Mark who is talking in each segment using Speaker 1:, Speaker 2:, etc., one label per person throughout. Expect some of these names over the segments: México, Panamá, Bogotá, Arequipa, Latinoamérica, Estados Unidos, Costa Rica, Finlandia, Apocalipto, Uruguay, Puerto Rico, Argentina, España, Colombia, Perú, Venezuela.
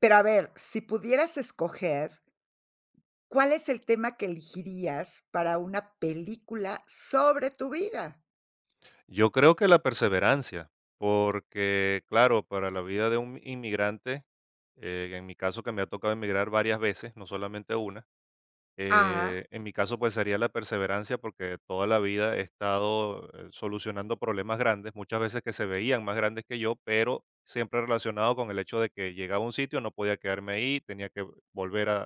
Speaker 1: Pero a ver, si pudieras escoger, ¿cuál es el tema que elegirías para una película sobre tu vida?
Speaker 2: Yo creo que la perseverancia, porque claro, para la vida de un inmigrante, en mi caso que me ha tocado emigrar varias veces, no solamente una,
Speaker 1: Ah,
Speaker 2: en mi caso pues sería la perseverancia porque toda la vida he estado solucionando problemas grandes, muchas veces que se veían más grandes que yo, pero siempre relacionado con el hecho de que llegaba a un sitio, no podía quedarme ahí, tenía que volver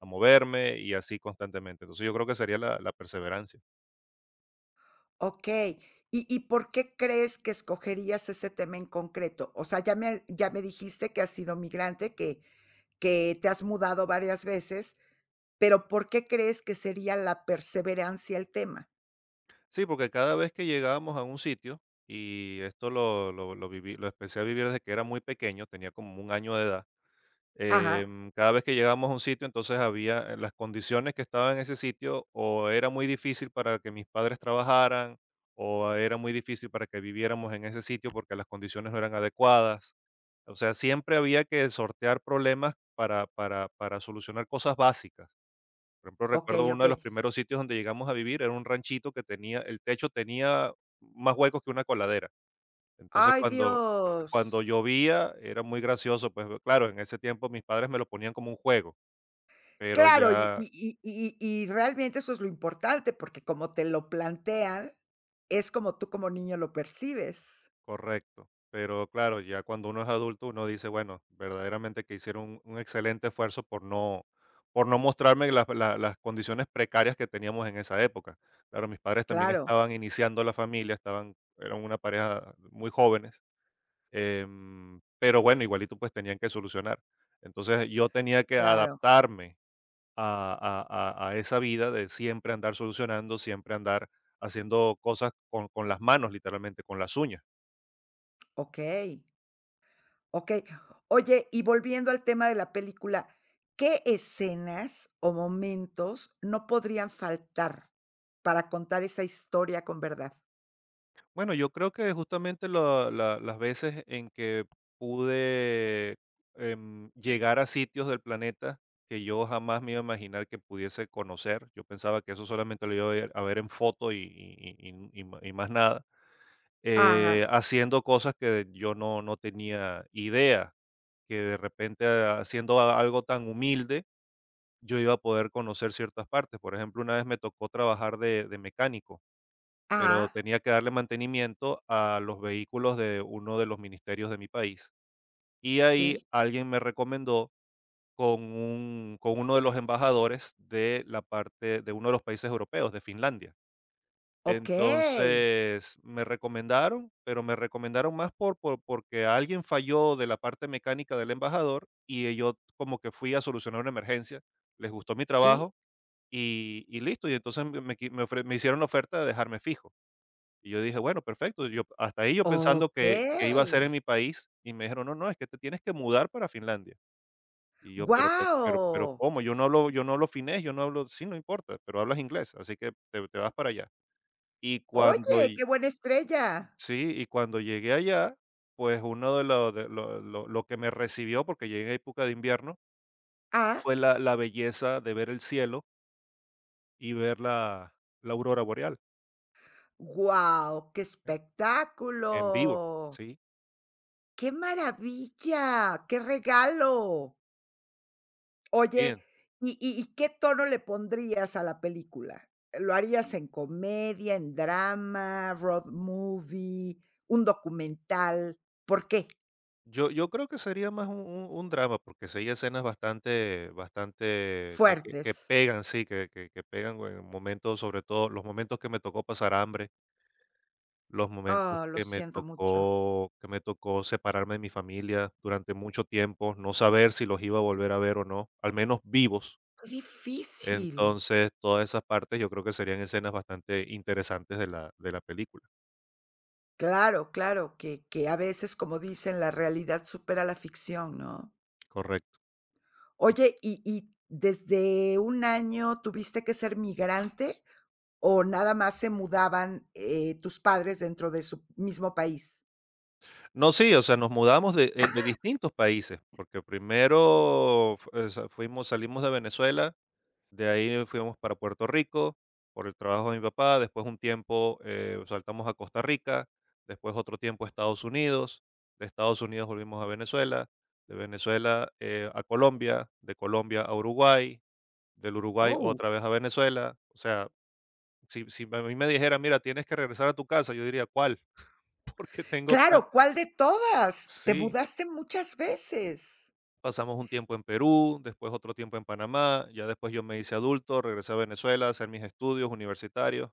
Speaker 2: a moverme y así constantemente. Entonces yo creo que sería la perseverancia.
Speaker 1: okey. ¿Y por qué crees que escogerías ese tema en concreto? O sea, ya me dijiste que has sido migrante, que te has mudado varias veces, pero, ¿por qué crees que sería la perseverancia el tema?
Speaker 2: Sí, porque cada vez que llegábamos a un sitio, y esto lo viví, lo empecé a vivir desde que era muy pequeño, tenía como un año de edad.
Speaker 1: Ajá,
Speaker 2: Cada vez que llegábamos a un sitio, entonces había las condiciones que estaban en ese sitio, o era muy difícil para que mis padres trabajaran, o era muy difícil para que viviéramos en ese sitio porque las condiciones no eran adecuadas. O sea, siempre había que sortear problemas para solucionar cosas básicas. Por ejemplo, recuerdo
Speaker 1: okey,
Speaker 2: uno de
Speaker 1: okey.
Speaker 2: los primeros sitios donde llegamos a vivir, era un ranchito que tenía el techo tenía más huecos que una coladera. Entonces,
Speaker 1: ¡Ay,
Speaker 2: cuando
Speaker 1: Dios!
Speaker 2: llovía era muy gracioso, pues, claro, en ese tiempo mis padres me lo ponían como un juego, pero
Speaker 1: Claro, y
Speaker 2: ya
Speaker 1: y y y y realmente eso es lo importante, porque como te lo plantean, es como tú como niño lo percibes.
Speaker 2: correcto, pero claro, ya cuando uno es adulto, uno dice, bueno, verdaderamente que hicieron un excelente esfuerzo por no por no mostrarme las condiciones precarias que teníamos en esa época. Claro, mis padres también
Speaker 1: Claro,
Speaker 2: estaban iniciando la familia, estaban eran una pareja muy jóvenes. Pero bueno, igualito pues tenían que solucionar. Entonces yo tenía que
Speaker 1: claro.
Speaker 2: adaptarme a, a esa vida de siempre andar solucionando, siempre andar haciendo cosas con las manos, literalmente, con las uñas.
Speaker 1: Okey, okey. Oye, y volviendo al tema de la película, ¿qué escenas o momentos no podrían faltar para contar esa historia con verdad?
Speaker 2: Bueno, yo creo que justamente las veces en que pude llegar a sitios del planeta que yo jamás me iba a imaginar que pudiese conocer, yo pensaba que eso solamente lo iba a ver en foto y más nada,
Speaker 1: Ah,
Speaker 2: haciendo cosas que yo no tenía idea, que de repente haciendo a algo tan humilde, yo iba a poder conocer ciertas partes. Por ejemplo, una vez me tocó trabajar de mecánico,
Speaker 1: ah,
Speaker 2: pero tenía que darle mantenimiento a los vehículos de uno de los ministerios de mi país. Y ahí
Speaker 1: sí,
Speaker 2: alguien me recomendó con un con uno de los embajadores de la parte de uno de los países europeos, de Finlandia.
Speaker 1: okey,
Speaker 2: Entonces, me recomendaron, pero me recomendaron más porque alguien falló de la parte mecánica del embajador, y, yo como que fui a solucionar una emergencia, les gustó mi
Speaker 1: sí,
Speaker 2: trabajo, y listo, y entonces me me qui me ofre me hicieron la oferta de dejarme fijo. Y yo dije: "Bueno, perfecto", yo hasta ahí yo pensando que iba a
Speaker 1: okey,
Speaker 2: ser en mi país, y me dijeron: "No, no, es que te tienes que mudar para Finlandia". Y yo: "Pero pe
Speaker 1: ¡guau!
Speaker 2: pero, ¿cómo? Yo no hablo finés, yo no hablo", "Sí, no importa, pero hablas inglés, así que te vas para allá". Y cuando
Speaker 1: Oye, qué buena estrella.
Speaker 2: sí, y cuando llegué allá, pues uno de lo que me recibió, porque llegué en época de invierno,
Speaker 1: Ah,
Speaker 2: fue la belleza de ver el cielo y ver la aurora boreal,
Speaker 1: guau, qué
Speaker 2: ¿eh? En vivo,
Speaker 1: espectáculo.
Speaker 2: ¿sí?
Speaker 1: Qué maravilla, qué regalo. Oye,
Speaker 2: Bien,
Speaker 1: ¿y y qué tono le pondrías a la película? ¿Lo harías en comedia, en drama, road movie, un documental? ¿Por qué?
Speaker 2: yo creo que sería más un drama, porque sí hay escenas bastante que
Speaker 1: Fuertes.
Speaker 2: pegan, sí, que pegan en momentos, sobre todo los momentos que me tocó pasar hambre. Los momentos
Speaker 1: Ah, lo
Speaker 2: que me
Speaker 1: siento mucho.
Speaker 2: tocó separarme de mi familia durante mucho tiempo, no saber si los iba a volver a ver o no, al menos vivos.
Speaker 1: Qué difícil.
Speaker 2: Entonces, todas esas partes yo creo que serían escenas bastante interesantes de la película.
Speaker 1: Claro, claro, que a veces, como dicen, la realidad supera la ficción, ¿no?
Speaker 2: Correcto,
Speaker 1: Oye,
Speaker 2: correcto.
Speaker 1: ¿y desde un año tuviste que ser migrante o nada más se mudaban, tus padres dentro de su mismo país?
Speaker 2: No, sí, o sea, nos mudamos de distintos países, porque primero, f sa fuimos salimos de Venezuela. De ahí fuimos para Puerto Rico por el trabajo de mi papá, después un tiempo saltamos a Costa Rica, después otro tiempo a Estados Unidos, de Estados Unidos volvimos a Venezuela, de Venezuela a Colombia, de Colombia a Uruguay, del Uruguay
Speaker 1: Oh,
Speaker 2: otra vez a Venezuela. O sea, si a mí me dijera, mira, tienes que regresar a tu casa, yo diría, ¿cuál? Porque tengo tan...
Speaker 1: claro, ¿cuál de todas? Te
Speaker 2: Sí,
Speaker 1: mudaste muchas veces.
Speaker 2: pasamos un tiempo en Perú, después otro tiempo en Panamá, ya después yo me hice adulto, regresé a Venezuela a hacer mis estudios universitarios,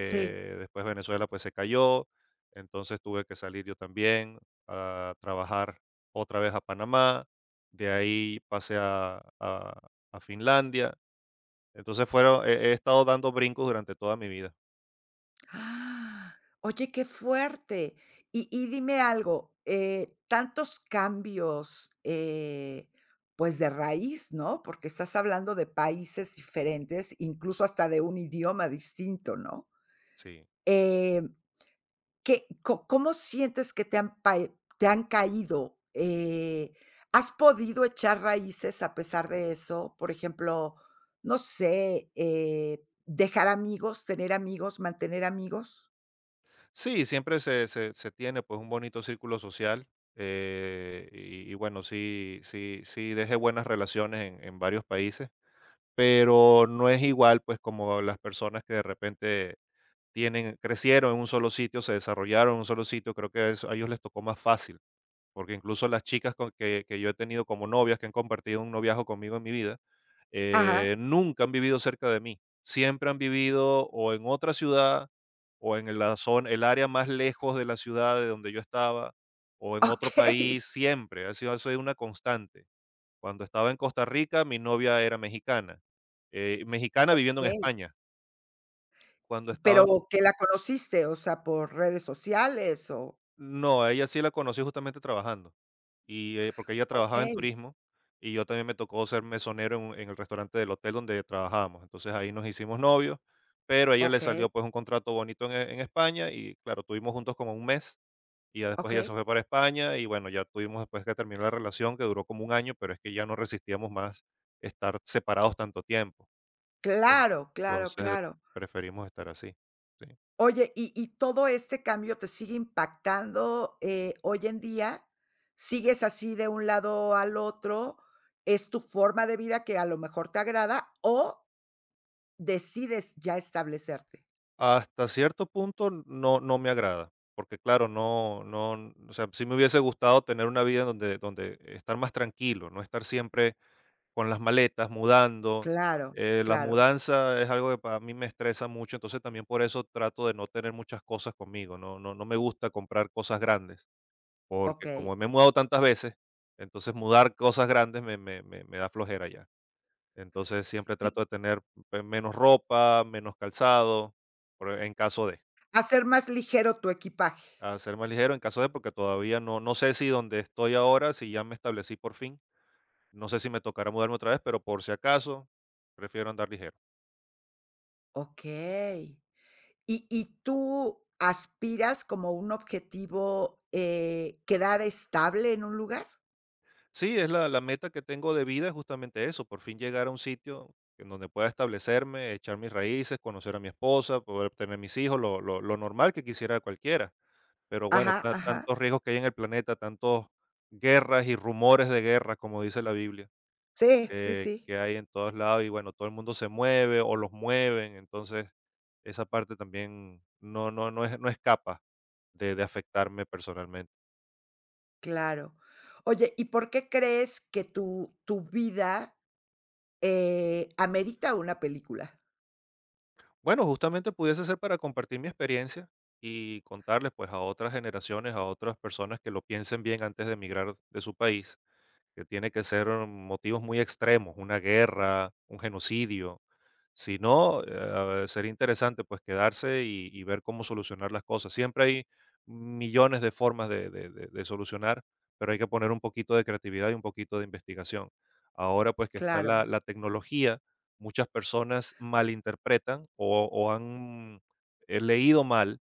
Speaker 1: Sí.
Speaker 2: después Venezuela pues se cayó, entonces tuve que salir yo también a trabajar otra vez a Panamá, de ahí pasé a Finlandia, entonces fueron, he estado dando brincos durante toda mi vida,
Speaker 1: Ah, oye, qué fuerte. Y dime algo, tantos cambios, pues, de raíz, ¿no? Porque estás hablando de países diferentes, incluso hasta de un idioma distinto, ¿no?
Speaker 2: sí.
Speaker 1: Eh, ¿Qué có cómo sientes que te han caído? ¿Has podido echar raíces a pesar de eso? Por ejemplo, no sé, ¿dejar amigos, tener amigos, mantener amigos?
Speaker 2: Sí, siempre se tiene pues un bonito círculo social, y bueno, sí, sí, sí dejé buenas relaciones en varios países pero no es igual pues como las personas que de repente tienen crecieron en un solo sitio, se desarrollaron en un solo sitio, creo que eso a ellos les tocó más fácil, porque incluso las chicas con que yo he tenido como novias, que han compartido un noviazgo conmigo en mi vida,
Speaker 1: Ajá,
Speaker 2: nunca han vivido cerca de mí, siempre han vivido o en otra ciudad, o en la zona el área más lejos de la ciudad de donde yo estaba, o en otro
Speaker 1: okey,
Speaker 2: país, siempre, ha sido eso es una constante. Cuando estaba en Costa Rica, mi novia era mexicana, mexicana viviendo en
Speaker 1: okey,
Speaker 2: España. Cuando estaba en
Speaker 1: pero que la conociste, o sea, ¿por redes sociales o?
Speaker 2: no, a ella sí la conocí justamente trabajando, y, porque ella trabajaba en
Speaker 1: Okey,
Speaker 2: turismo, y yo también me tocó ser mesonero en un en el restaurante del hotel donde trabajábamos. Entonces, ahí nos hicimos novios, pero a ella le
Speaker 1: okey,
Speaker 2: salió, pues, un contrato bonito en España y, claro, tuvimos juntos como un mes, y ya después ella se
Speaker 1: okey.
Speaker 2: fue para España y, bueno, ya tuvimos después que terminar la relación, que duró como un año, pero es que ya no resistíamos más estar separados tanto tiempo.
Speaker 1: Claro, claro,
Speaker 2: Entonces,
Speaker 1: claro.
Speaker 2: preferimos estar así. Sí.
Speaker 1: Oye, ¿y todo este cambio te sigue impactando, hoy en día? ¿Sigues así de un lado al otro? ¿Es tu forma de vida que a lo mejor te agrada o decides ya establecerte?
Speaker 2: Hasta cierto punto no me agrada, porque claro, no no, o sea, sí me hubiese gustado tener una vida donde estar más tranquilo, no estar siempre con las maletas, mudando.
Speaker 1: Claro,
Speaker 2: La
Speaker 1: claro,
Speaker 2: mudanza es algo que para mí me estresa mucho, entonces también por eso trato de no tener muchas cosas conmigo, no me gusta comprar cosas grandes, porque como
Speaker 1: okey.
Speaker 2: me he mudado tantas veces, entonces mudar cosas grandes me da flojera ya. Entonces siempre
Speaker 1: Y
Speaker 2: trato de tener, pues, menos ropa, menos calzado, en caso de.
Speaker 1: hacer más ligero tu equipaje.
Speaker 2: A ser más ligero en caso de porque todavía no sé si donde estoy ahora, si ya me establecí por fin, no sé si me tocará mudarme otra vez, pero por si acaso, prefiero andar ligero.
Speaker 1: Okey. ¿Y tú aspiras como un objetivo, quedar estable en un lugar?
Speaker 2: Sí, es la meta que tengo de vida, es justamente eso, por fin llegar a un sitio en donde pueda establecerme, echar mis raíces, conocer a mi esposa, poder tener mis hijos, lo normal que quisiera cualquiera. Pero bueno,
Speaker 1: Ajá,
Speaker 2: ta
Speaker 1: ajá.
Speaker 2: tantos riesgos que hay en el planeta, tantos guerras y rumores de guerra, como dice la Biblia.
Speaker 1: Sí, sí,
Speaker 2: que
Speaker 1: sí.
Speaker 2: que hay en todos lados y bueno, todo el mundo se mueve o los mueven, entonces esa parte también no es, no escapa de afectarme personalmente.
Speaker 1: Claro. Oye, ¿y por qué crees que tu vida, amerita una película?
Speaker 2: Bueno, justamente pudiese ser para compartir mi experiencia y contarles, pues, a otras generaciones, a otras personas que lo piensen bien antes de emigrar de su país. Que tiene que ser motivos muy extremos, una guerra, un genocidio. Si no, sería interesante pues quedarse y ver cómo solucionar las cosas. Siempre hay millones de formas de solucionar, pero hay que poner un poquito de creatividad y un poquito de investigación. Ahora pues que está
Speaker 1: Claro.
Speaker 2: la tecnología, muchas personas malinterpretan o han leído mal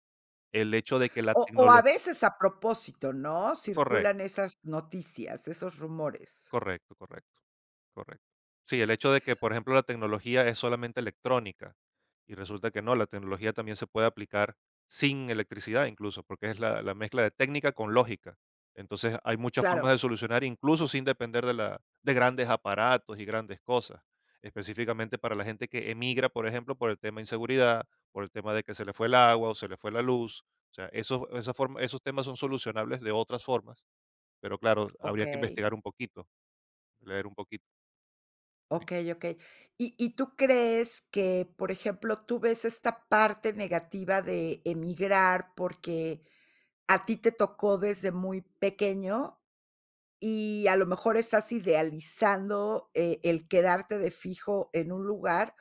Speaker 2: el hecho de que la
Speaker 1: O a
Speaker 2: tecnología...
Speaker 1: veces a propósito, ¿no?
Speaker 2: Correcto,
Speaker 1: Circulan esas noticias, esos rumores.
Speaker 2: correcto, correcto. Correcto. Sí, el hecho de que, por ejemplo, la tecnología es solamente electrónica y resulta que no, la tecnología también se puede aplicar sin electricidad incluso, porque es la mezcla de técnica con lógica. Entonces hay muchas formas
Speaker 1: Claro,
Speaker 2: de solucionar incluso sin depender de grandes aparatos y grandes cosas, específicamente para la gente que emigra, por ejemplo, por el tema de inseguridad, por el tema de que se le fue el agua o se le fue la luz. O sea, esos temas son solucionables de otras formas, pero claro, habría que
Speaker 1: okey.
Speaker 2: investigar un poquito, leer un poquito.
Speaker 1: Okey, okey. ¿Y tú crees que, por ejemplo, tú ves esta parte negativa de emigrar porque a ti te tocó desde muy pequeño y a lo mejor estás idealizando, el quedarte de fijo en un lugar,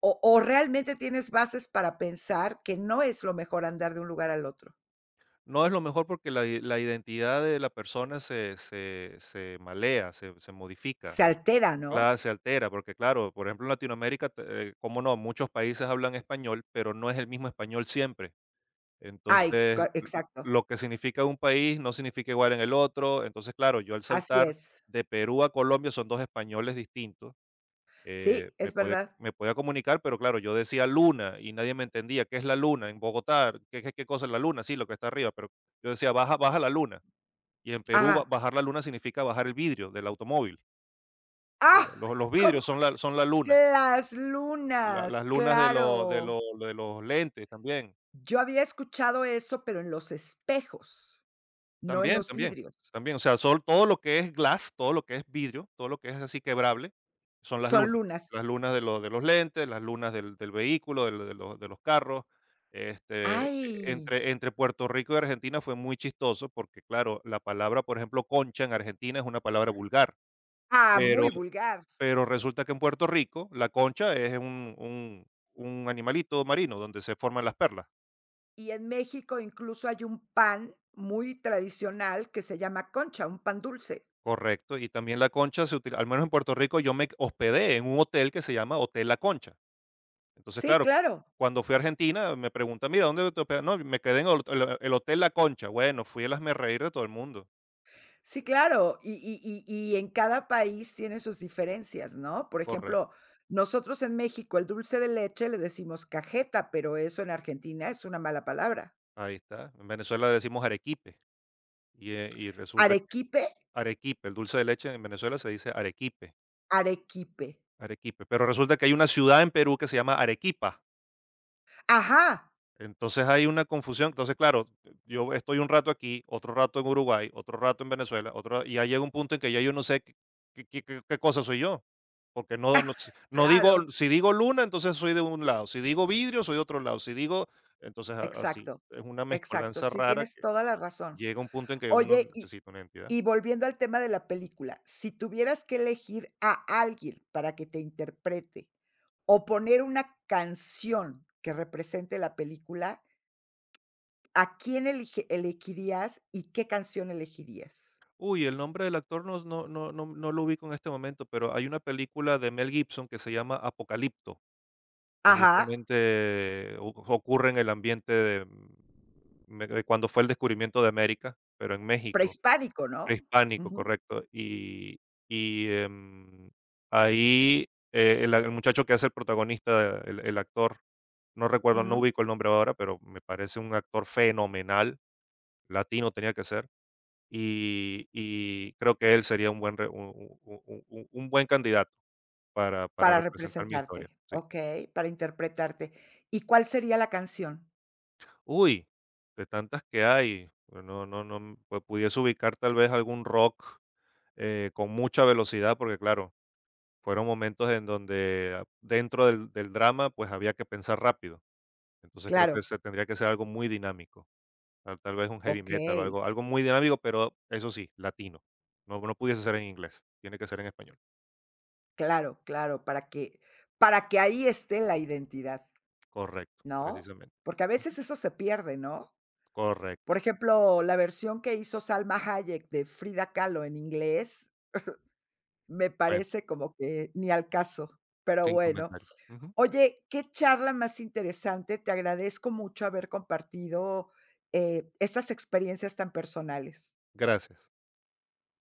Speaker 1: o realmente tienes bases para pensar que no es lo mejor andar de un lugar al otro?
Speaker 2: No es lo mejor porque la identidad de la persona se malea, se modifica,
Speaker 1: Se altera, ¿no?
Speaker 2: cla se altera, porque claro, por ejemplo, en Latinoamérica, te cómo no, muchos países hablan español, pero no es el mismo español siempre.
Speaker 1: Ah,
Speaker 2: Entonces,
Speaker 1: exca
Speaker 2: l
Speaker 1: exacto.
Speaker 2: lo que significa un país no significa igual en el otro. Entonces, claro, yo al
Speaker 1: Así
Speaker 2: saltar
Speaker 1: es.
Speaker 2: de Perú a Colombia son 2 españoles distintos.
Speaker 1: Sí, es verdad.
Speaker 2: Me podía comunicar, pero claro, yo decía luna y nadie me entendía. ¿Qué es la luna? En Bogotá, ¿qué cosa es la luna? Sí, lo que está arriba, pero yo decía, baja la luna. Y en Perú,
Speaker 1: Ajá.
Speaker 2: bajar la luna significa bajar el vidrio del automóvil.
Speaker 1: ¡Ah!
Speaker 2: Los vidrios
Speaker 1: ¿Cómo?
Speaker 2: son la luna,
Speaker 1: Las lunas,
Speaker 2: las lunas de,
Speaker 1: claro.
Speaker 2: de los lentes también.
Speaker 1: Yo había escuchado eso, pero en los espejos, no en
Speaker 2: También,
Speaker 1: los
Speaker 2: también,
Speaker 1: vidrios.
Speaker 2: también, o sea, sol todo lo que es glass, todo lo que es vidrio, todo lo que es así quebrable, son
Speaker 1: Son lunas.
Speaker 2: las lunas de los lentes, las lunas del vehículo, del de los carros, este,
Speaker 1: ¡Ay!
Speaker 2: entre Puerto Rico y Argentina fue muy chistoso porque, claro, la palabra, por ejemplo, concha en Argentina es una palabra vulgar,
Speaker 1: Ah,
Speaker 2: pero
Speaker 1: muy vulgar.
Speaker 2: pero resulta que en Puerto Rico la concha es un animalito marino donde se forman las perlas.
Speaker 1: Y en México incluso hay un pan muy tradicional que se llama concha, un pan dulce.
Speaker 2: Correcto, y también la concha se utiliza al menos en Puerto Rico. Yo me hospedé en un hotel que se llama Hotel La Concha. Entonces,
Speaker 1: Sí,
Speaker 2: claro,
Speaker 1: claro.
Speaker 2: cuando fui a Argentina, me preguntan: "Mira, ¿dónde te hospedas?". No, me quedé en el Hotel La Concha. Bueno, fui el hazme reír de todo el mundo.
Speaker 1: Sí, claro. Y en cada país tiene sus diferencias, ¿no? Por
Speaker 2: Correcto,
Speaker 1: ejemplo, nosotros en México el dulce de leche le decimos cajeta, pero eso en Argentina es una mala palabra.
Speaker 2: ahí está. En Venezuela decimos arequipe, y resulta que
Speaker 1: Arequipe,
Speaker 2: arequipe, el dulce de leche en Venezuela se dice arequipe,
Speaker 1: Arequipe.
Speaker 2: arequipe, pero resulta que hay una ciudad en Perú que se llama Arequipa.
Speaker 1: Ajá,
Speaker 2: Entonces hay una confusión. Entonces, claro, yo estoy un rato aquí, otro rato en Uruguay, otro rato en Venezuela, otro, y ya llega un punto en que ya yo no sé qué, qué cosa soy yo. Porque no, no, no digo,
Speaker 1: claro,
Speaker 2: si digo luna, entonces soy de un lado. Si digo vidrio, soy de otro lado. Si digo, entonces así.
Speaker 1: exacto,
Speaker 2: Es una
Speaker 1: exacto,
Speaker 2: mezcolanza
Speaker 1: sí,
Speaker 2: rara
Speaker 1: tienes
Speaker 2: que
Speaker 1: toda la razón.
Speaker 2: llega un punto en que uno
Speaker 1: Oye, y
Speaker 2: necesita una identidad.
Speaker 1: volviendo al tema de la película, si tuvieras que elegir a alguien para que te interprete, o poner una canción que represente la película, ¿a quién elige elegirías y qué canción elegirías?
Speaker 2: Uy, el nombre del actor no, no, no, no, no lo ubico en este momento, pero hay una película de Mel Gibson que se llama Apocalipto. Que
Speaker 1: Ajá,
Speaker 2: justamente o ocurre en el ambiente de, me de cuando fue el descubrimiento de América, pero en México,
Speaker 1: prehispánico, ¿no?
Speaker 2: prehispánico,
Speaker 1: Ujú,
Speaker 2: correcto. Y y, em, ahí, el muchacho que hace el protagonista, el actor, no recuerdo, no
Speaker 1: ujú.
Speaker 2: ubico el nombre ahora, pero me parece un actor fenomenal, latino tenía que ser, y creo que él sería un buen re un buen candidato para
Speaker 1: Para
Speaker 2: representar mi
Speaker 1: representarte,
Speaker 2: historia, sí.
Speaker 1: okey, para interpretarte. ¿Y cuál sería la canción?
Speaker 2: Uy, de tantas que hay, pues no, pues, pudiese ubicar tal vez algún rock, con mucha velocidad, porque claro, fueron momentos en donde dentro del drama, pues, había que pensar rápido. Entonces, creo que
Speaker 1: Claro,
Speaker 2: se tendría que ser algo muy dinámico, tal vez un heavy metal o
Speaker 1: okey,
Speaker 2: algo algo muy dinámico, pero eso sí, latino. No pudiese ser en inglés, tiene que ser en español.
Speaker 1: claro, claro, para que ahí esté la identidad,
Speaker 2: Correcto,
Speaker 1: ¿no?
Speaker 2: precisamente.
Speaker 1: Porque a
Speaker 2: Ujú,
Speaker 1: veces eso se pierde, ¿no? Por
Speaker 2: correcto.
Speaker 1: ejemplo, la versión que hizo Salma Hayek de Frida Kahlo en inglés, me
Speaker 2: Bueno,
Speaker 1: parece como que ni al caso, pero
Speaker 2: sin
Speaker 1: bueno.
Speaker 2: comentario. Ujú,
Speaker 1: Oye, qué charla más interesante, te agradezco mucho haber compartido, estas experiencias tan personales.
Speaker 2: gracias.